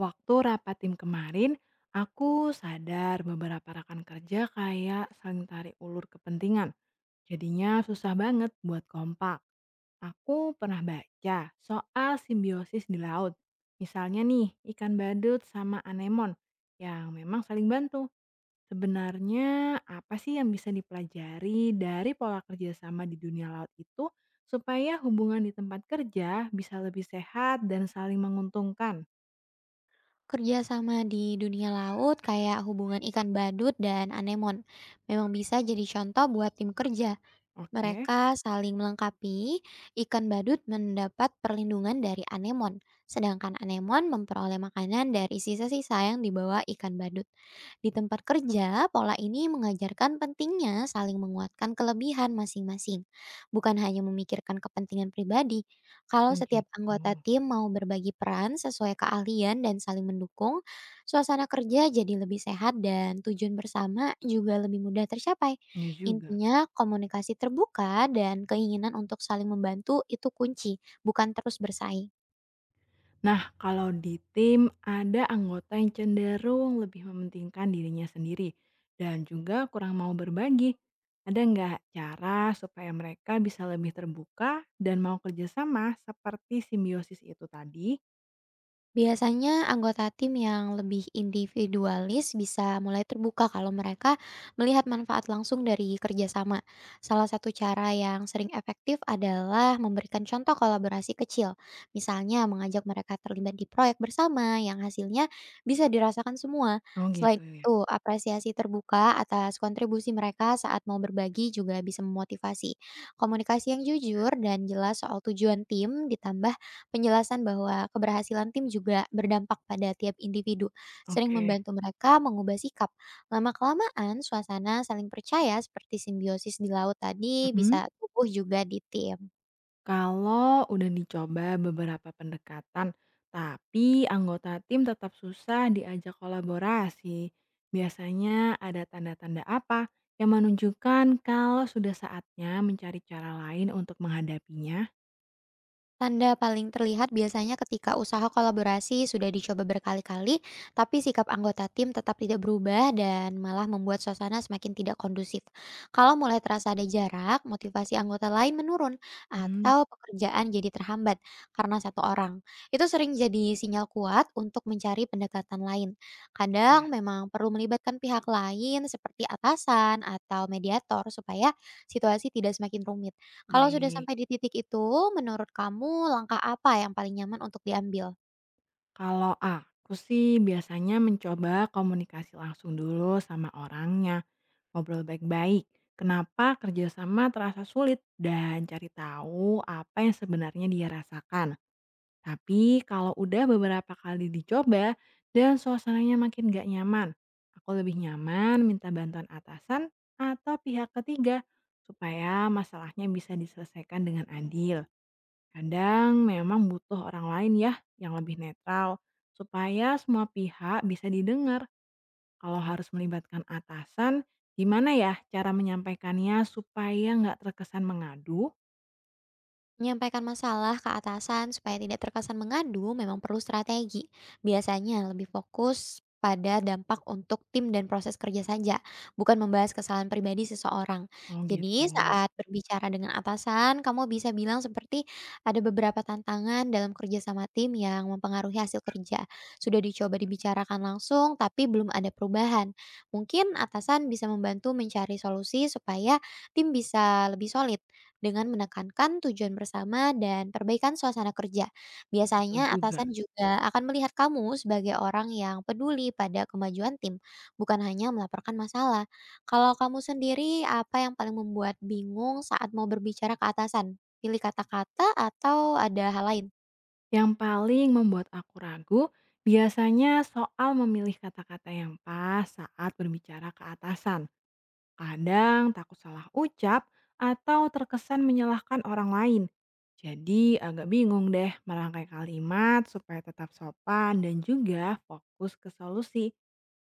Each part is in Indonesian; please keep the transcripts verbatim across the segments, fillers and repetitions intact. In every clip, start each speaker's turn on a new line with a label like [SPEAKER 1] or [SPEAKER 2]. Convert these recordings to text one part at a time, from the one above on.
[SPEAKER 1] Waktu rapat tim kemarin, aku sadar beberapa rekan kerja kayak saling tarik ulur kepentingan. Jadinya susah banget buat kompak. Aku pernah baca soal simbiosis di laut. Misalnya nih, ikan badut sama anemon yang memang saling bantu. Sebenarnya apa sih yang bisa dipelajari dari pola kerjasama di dunia laut itu supaya hubungan di tempat kerja bisa lebih sehat dan saling menguntungkan?
[SPEAKER 2] Kerjasama di dunia laut kayak hubungan ikan badut dan anemon memang bisa jadi contoh buat tim kerja.
[SPEAKER 1] Oke.
[SPEAKER 2] Mereka saling melengkapi, ikan badut mendapat perlindungan dari anemon, sedangkan anemon memperoleh makanan dari sisa-sisa yang dibawa ikan badut. Di tempat kerja, pola ini mengajarkan pentingnya saling menguatkan kelebihan masing-masing, bukan hanya memikirkan kepentingan pribadi. Kalau
[SPEAKER 1] Oh
[SPEAKER 2] setiap
[SPEAKER 1] gitu,
[SPEAKER 2] anggota tim mau berbagi peran sesuai keahlian dan saling mendukung, suasana kerja jadi lebih sehat dan tujuan bersama juga lebih mudah tercapai.
[SPEAKER 1] ya juga.
[SPEAKER 2] Intinya komunikasi terbuka dan keinginan untuk saling membantu itu kunci, bukan terus bersaing.
[SPEAKER 1] Nah, kalau di tim ada anggota yang cenderung lebih mementingkan dirinya sendiri dan juga kurang mau berbagi. Ada nggak cara supaya mereka bisa lebih terbuka dan mau kerjasama seperti simbiosis itu tadi?
[SPEAKER 2] Biasanya anggota tim yang lebih individualis bisa mulai terbuka kalau mereka melihat manfaat langsung dari kerjasama. Salah satu cara yang sering efektif adalah memberikan contoh kolaborasi kecil. Misalnya mengajak mereka terlibat di proyek bersama yang hasilnya bisa dirasakan semua.
[SPEAKER 1] Oh gitu
[SPEAKER 2] Selain
[SPEAKER 1] ya.
[SPEAKER 2] itu, apresiasi terbuka atas kontribusi mereka saat mau berbagi juga bisa memotivasi. Komunikasi yang jujur dan jelas soal tujuan tim ditambah penjelasan bahwa keberhasilan tim juga berdampak pada tiap individu, sering
[SPEAKER 1] Oke.
[SPEAKER 2] membantu mereka mengubah sikap. Lama-kelamaan, suasana saling percaya seperti simbiosis di laut tadi
[SPEAKER 1] Mhm.
[SPEAKER 2] bisa tumbuh juga di tim.
[SPEAKER 1] Kalau udah dicoba beberapa pendekatan, tapi anggota tim tetap susah diajak kolaborasi, biasanya ada tanda-tanda apa yang menunjukkan kalau sudah saatnya mencari cara lain untuk menghadapinya?
[SPEAKER 2] Tanda paling terlihat biasanya ketika usaha kolaborasi sudah dicoba berkali-kali, tapi sikap anggota tim tetap tidak berubah dan malah membuat suasana semakin tidak kondusif. Kalau mulai terasa ada jarak, motivasi anggota lain menurun,
[SPEAKER 1] Hmm,
[SPEAKER 2] atau pekerjaan jadi terhambat karena satu orang. Itu sering jadi sinyal kuat untuk mencari pendekatan lain.
[SPEAKER 1] gitu ya.
[SPEAKER 2] Kadang memang perlu melibatkan pihak lain seperti atasan atau mediator supaya situasi tidak semakin rumit. Kalau sudah
[SPEAKER 1] Baik.
[SPEAKER 2] sampai di titik itu, menurut kamu langkah apa yang paling nyaman untuk diambil?
[SPEAKER 1] Kalau aku sih biasanya mencoba komunikasi langsung dulu sama orangnya, ngobrol baik-baik. Kenapa kerjasama terasa sulit dan cari tahu apa yang sebenarnya dia rasakan. Tapi kalau udah beberapa kali dicoba dan suasananya makin gak nyaman, aku lebih nyaman minta bantuan atasan atau pihak ketiga supaya masalahnya bisa diselesaikan dengan adil. Kadang memang butuh orang lain ya yang lebih netral supaya semua pihak bisa didengar. Kalau harus melibatkan atasan, gimana ya cara menyampaikannya supaya nggak terkesan mengadu?
[SPEAKER 2] Menyampaikan masalah ke atasan supaya tidak terkesan mengadu memang perlu strategi. Biasanya lebih fokus pada dampak untuk tim dan proses kerja saja, bukan membahas kesalahan pribadi seseorang.
[SPEAKER 1] Oh gitu,
[SPEAKER 2] Jadi saat berbicara dengan atasan, kamu bisa bilang seperti ada beberapa tantangan dalam kerja sama tim yang mempengaruhi hasil kerja. Sudah dicoba dibicarakan langsung, tapi belum ada perubahan. Mungkin atasan bisa membantu mencari solusi supaya tim bisa lebih solid dengan menekankan tujuan bersama dan perbaikan suasana kerja.
[SPEAKER 1] betul
[SPEAKER 2] Biasanya
[SPEAKER 1] juga.
[SPEAKER 2] atasan juga akan melihat kamu sebagai orang yang peduli pada kemajuan tim, bukan hanya melaporkan masalah. Kalau kamu sendiri, apa yang paling membuat bingung saat mau berbicara ke atasan? Pilih kata-kata atau ada hal lain?
[SPEAKER 1] Yang paling membuat aku ragu biasanya soal memilih kata-kata yang pas saat berbicara ke atasan. Kadang takut salah ucap atau terkesan menyalahkan orang lain. Jadi agak bingung deh merangkai kalimat supaya tetap sopan dan juga fokus ke solusi.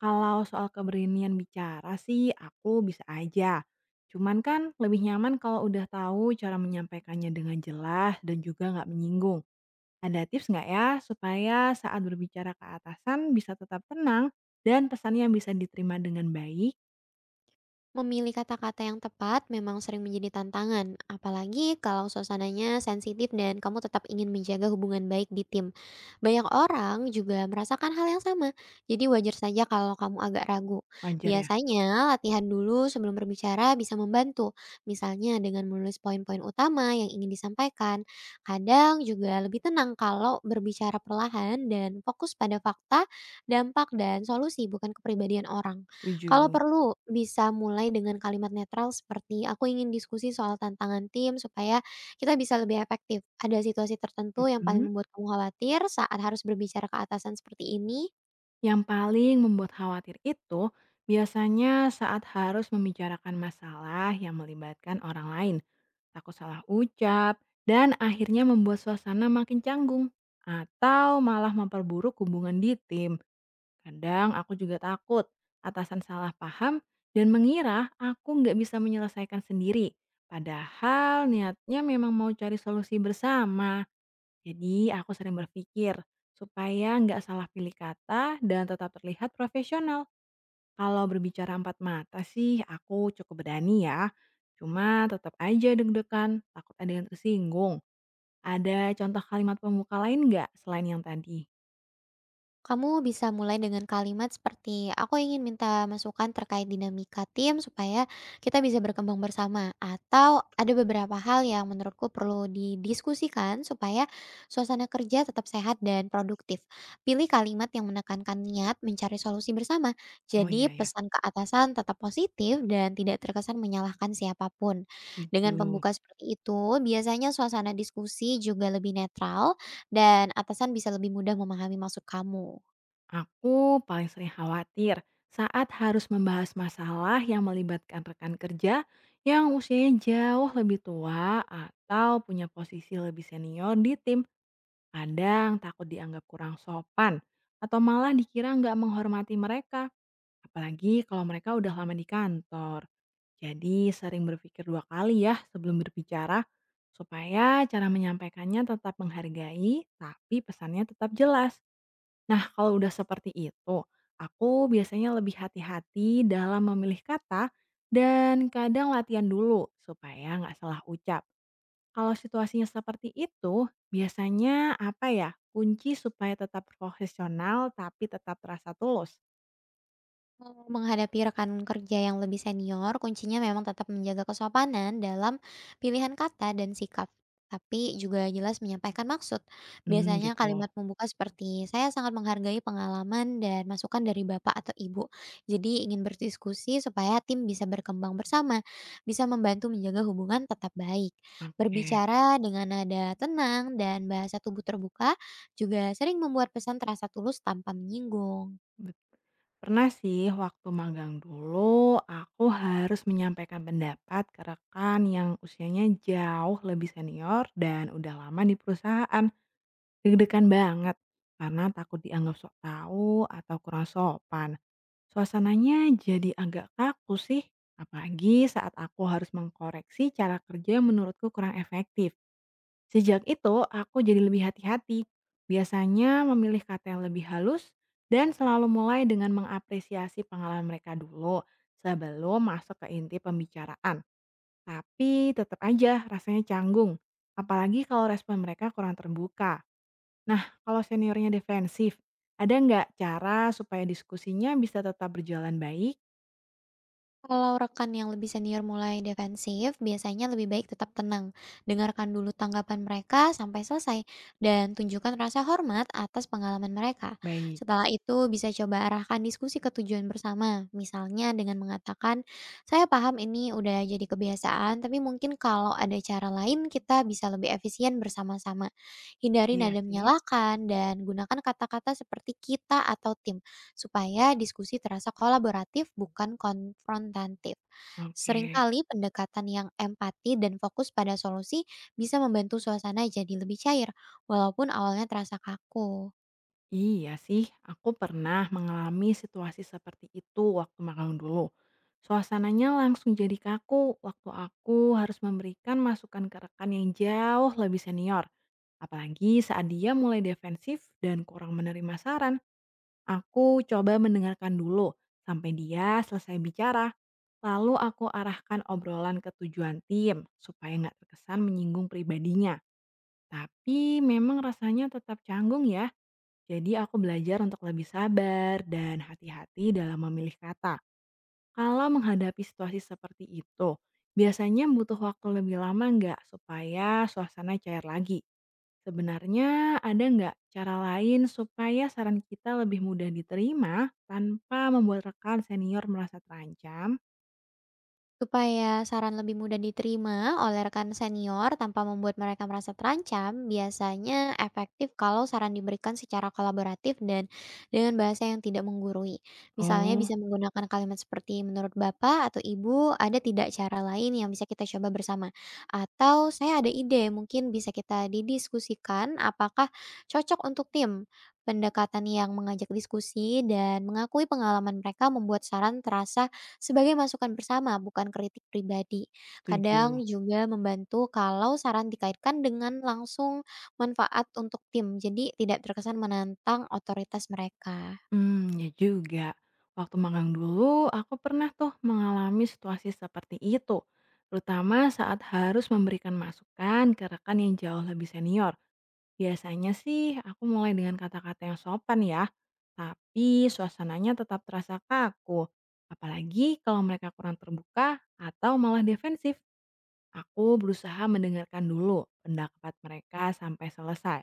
[SPEAKER 1] Kalau soal keberanian bicara sih aku bisa aja. Cuman kan lebih nyaman kalau udah tahu cara menyampaikannya dengan jelas dan juga nggak menyinggung. Ada tips nggak ya supaya saat berbicara ke atasan bisa tetap tenang dan pesannya bisa diterima dengan baik?
[SPEAKER 2] Memilih kata-kata yang tepat memang sering menjadi tantangan, apalagi kalau suasananya sensitif dan kamu tetap ingin menjaga hubungan baik di tim. Banyak orang juga merasakan hal yang sama, jadi wajar saja kalau kamu agak ragu.
[SPEAKER 1] Wajar ya?
[SPEAKER 2] Biasanya, latihan dulu sebelum berbicara bisa membantu, misalnya dengan menulis poin-poin utama yang ingin disampaikan. Kadang juga lebih tenang kalau berbicara perlahan dan fokus pada fakta, dampak, dan solusi, bukan kepribadian orang. Kalau
[SPEAKER 1] Setuju.
[SPEAKER 2] perlu, bisa mulai dengan kalimat netral seperti, "Aku ingin diskusi soal tantangan tim supaya kita bisa lebih efektif. Ada situasi tertentu yang paling
[SPEAKER 1] Mhm.
[SPEAKER 2] membuat kamu khawatir saat harus berbicara ke atasan seperti ini?"
[SPEAKER 1] Yang paling membuat khawatir itu biasanya saat harus membicarakan masalah yang melibatkan orang lain, takut salah ucap, dan akhirnya membuat suasana makin canggung atau malah memperburuk hubungan di tim. Kadang aku juga takut atasan salah paham dan mengira aku nggak bisa menyelesaikan sendiri. Padahal niatnya memang mau cari solusi bersama. Jadi aku sering berpikir supaya nggak salah pilih kata dan tetap terlihat profesional. Kalau berbicara empat mata sih aku cukup berani ya. Cuma tetap aja deg-degan, takut ada yang tersinggung. Ada contoh kalimat pembuka lain nggak selain yang tadi?
[SPEAKER 2] Kamu bisa mulai dengan kalimat seperti, "Aku ingin minta masukan terkait dinamika tim supaya kita bisa berkembang bersama." Atau ada beberapa hal yang menurutku perlu didiskusikan supaya suasana kerja tetap sehat dan produktif. Pilih kalimat yang menekankan niat mencari solusi bersama.
[SPEAKER 1] Oh
[SPEAKER 2] Jadi
[SPEAKER 1] iya ya,
[SPEAKER 2] pesan ke atasan tetap positif dan tidak terkesan menyalahkan siapapun. Dengan
[SPEAKER 1] setuju.
[SPEAKER 2] pembuka seperti itu, biasanya suasana diskusi juga lebih netral dan atasan bisa lebih mudah memahami maksud kamu.
[SPEAKER 1] Aku paling sering khawatir saat harus membahas masalah yang melibatkan rekan kerja yang usianya jauh lebih tua atau punya posisi lebih senior di tim. Kadang takut dianggap kurang sopan atau malah dikira nggak menghormati mereka, apalagi kalau mereka udah lama di kantor. Jadi sering berpikir dua kali ya sebelum berbicara supaya cara menyampaikannya tetap menghargai tapi pesannya tetap jelas. Nah, kalau udah seperti itu, aku biasanya lebih hati-hati dalam memilih kata dan kadang latihan dulu supaya nggak salah ucap. Kalau situasinya seperti itu, biasanya apa ya kunci supaya tetap profesional tapi tetap terasa tulus?
[SPEAKER 2] Eee, menghadapi rekan kerja yang lebih senior, kuncinya memang tetap menjaga kesopanan dalam pilihan kata dan sikap, tapi juga jelas menyampaikan maksud.
[SPEAKER 1] Hmm,
[SPEAKER 2] Biasanya
[SPEAKER 1] gitu loh.
[SPEAKER 2] kalimat pembuka seperti, "Saya sangat menghargai pengalaman dan masukan dari Bapak atau Ibu, jadi ingin berdiskusi supaya tim bisa berkembang bersama, bisa membantu menjaga hubungan tetap baik."
[SPEAKER 1] Oke.
[SPEAKER 2] Berbicara dengan nada tenang dan bahasa tubuh terbuka juga sering membuat pesan terasa tulus tanpa menyinggung.
[SPEAKER 1] Bet- Pernah sih waktu magang dulu aku harus menyampaikan pendapat ke rekan yang usianya jauh lebih senior dan udah lama di perusahaan. Deg-degan banget, karena takut dianggap sok tahu atau kurang sopan. Suasananya jadi agak kaku sih, apalagi saat aku harus mengkoreksi cara kerja yang menurutku kurang efektif. Sejak itu, aku jadi lebih hati-hati. Biasanya memilih kata yang lebih halus dan selalu mulai dengan mengapresiasi pengalaman mereka dulu sebelum masuk ke inti pembicaraan. Tapi tetap aja rasanya canggung, apalagi kalau respon mereka kurang terbuka. Nah, kalau seniornya defensif, ada nggak cara supaya diskusinya bisa tetap berjalan baik?
[SPEAKER 2] Kalau rekan yang lebih senior mulai defensif, biasanya lebih baik tetap tenang. Dengarkan dulu tanggapan mereka sampai selesai, dan tunjukkan rasa hormat atas pengalaman mereka.
[SPEAKER 1] Baik.
[SPEAKER 2] Setelah itu, bisa coba arahkan diskusi ke tujuan bersama, misalnya dengan mengatakan, "Saya paham ini udah jadi kebiasaan, tapi mungkin kalau ada cara lain, kita bisa lebih efisien bersama-sama." Hindari
[SPEAKER 1] Iya
[SPEAKER 2] nada
[SPEAKER 1] sih.
[SPEAKER 2] menyalahkan dan gunakan kata-kata seperti "kita" atau "tim" supaya diskusi terasa kolaboratif bukan konfrontatif.
[SPEAKER 1] Oke.
[SPEAKER 2] Seringkali pendekatan yang empati dan fokus pada solusi bisa membantu suasana jadi lebih cair, walaupun awalnya terasa kaku.
[SPEAKER 1] Iya sih, aku pernah mengalami situasi seperti itu waktu magang dulu. Suasananya langsung jadi kaku waktu aku harus memberikan masukan ke rekan yang jauh lebih senior. Apalagi saat dia mulai defensif dan kurang menerima saran. Aku coba mendengarkan dulu sampai dia selesai bicara. Lalu aku arahkan obrolan ke tujuan tim supaya nggak terkesan menyinggung pribadinya. Tapi memang rasanya tetap canggung ya. Jadi aku belajar untuk lebih sabar dan hati-hati dalam memilih kata. Kalau menghadapi situasi seperti itu, biasanya butuh waktu lebih lama nggak supaya suasana cair lagi? Sebenarnya ada nggak cara lain supaya saran kita lebih mudah diterima tanpa membuat rekan senior merasa terancam?
[SPEAKER 2] Supaya saran lebih mudah diterima oleh rekan senior tanpa membuat mereka merasa terancam, biasanya efektif kalau saran diberikan secara kolaboratif dan dengan bahasa yang tidak menggurui. Misalnya
[SPEAKER 1] Oh,
[SPEAKER 2] bisa menggunakan kalimat seperti menurut Bapak atau Ibu, ada tidak cara lain yang bisa kita coba bersama? Atau saya ada ide, mungkin bisa kita didiskusikan apakah cocok untuk tim. Pendekatan yang mengajak diskusi dan mengakui pengalaman mereka membuat saran terasa sebagai masukan bersama, bukan kritik pribadi. Kadang
[SPEAKER 1] setuju.
[SPEAKER 2] juga membantu kalau saran dikaitkan dengan langsung manfaat untuk tim, jadi tidak terkesan menantang otoritas mereka.
[SPEAKER 1] Hmm, ya juga. Waktu magang dulu, aku pernah tuh mengalami situasi seperti itu. Terutama saat harus memberikan masukan ke rekan yang jauh lebih senior. Biasanya sih aku mulai dengan kata-kata yang sopan ya, tapi suasananya tetap terasa kaku. Apalagi kalau mereka kurang terbuka atau malah defensif. Aku berusaha mendengarkan dulu pendapat mereka sampai selesai.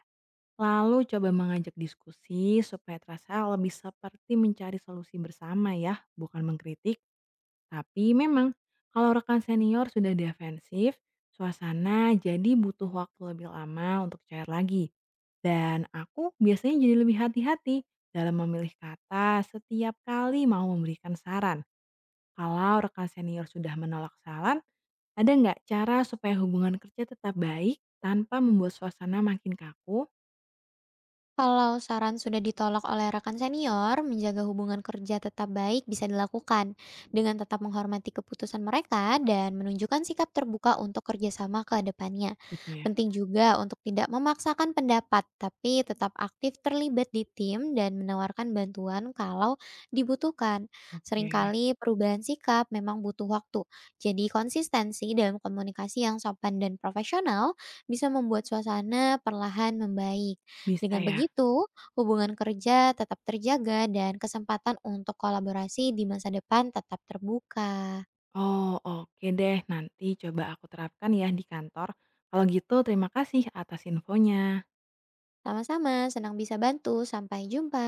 [SPEAKER 1] Lalu coba mengajak diskusi supaya terasa lebih seperti mencari solusi bersama ya, bukan mengkritik. Tapi memang, kalau rekan senior sudah defensif, suasana jadi butuh waktu lebih lama untuk cair lagi. Dan aku biasanya jadi lebih hati-hati dalam memilih kata setiap kali mau memberikan saran. Kalau rekan senior sudah menolak saran, ada nggak cara supaya hubungan kerja tetap baik tanpa membuat suasana makin kaku?
[SPEAKER 2] Kalau saran sudah ditolak oleh rekan senior, menjaga hubungan kerja tetap baik bisa dilakukan dengan tetap menghormati keputusan mereka dan menunjukkan sikap terbuka untuk kerjasama ke depannya.
[SPEAKER 1] Gitu ya.
[SPEAKER 2] Penting juga untuk tidak memaksakan pendapat, tapi tetap aktif terlibat di tim dan menawarkan bantuan kalau dibutuhkan.
[SPEAKER 1] Oke.
[SPEAKER 2] Seringkali perubahan sikap memang butuh waktu, jadi konsistensi dalam komunikasi yang sopan dan profesional bisa membuat suasana perlahan membaik.
[SPEAKER 1] Bisa
[SPEAKER 2] Dengan
[SPEAKER 1] ya?
[SPEAKER 2] begitu, hubungan kerja tetap terjaga dan kesempatan untuk kolaborasi di masa depan tetap terbuka.
[SPEAKER 1] Oh, oke deh. Nanti coba aku terapkan ya di kantor. Kalau gitu, terima kasih atas infonya.
[SPEAKER 2] Sama-sama, senang bisa bantu. Sampai jumpa.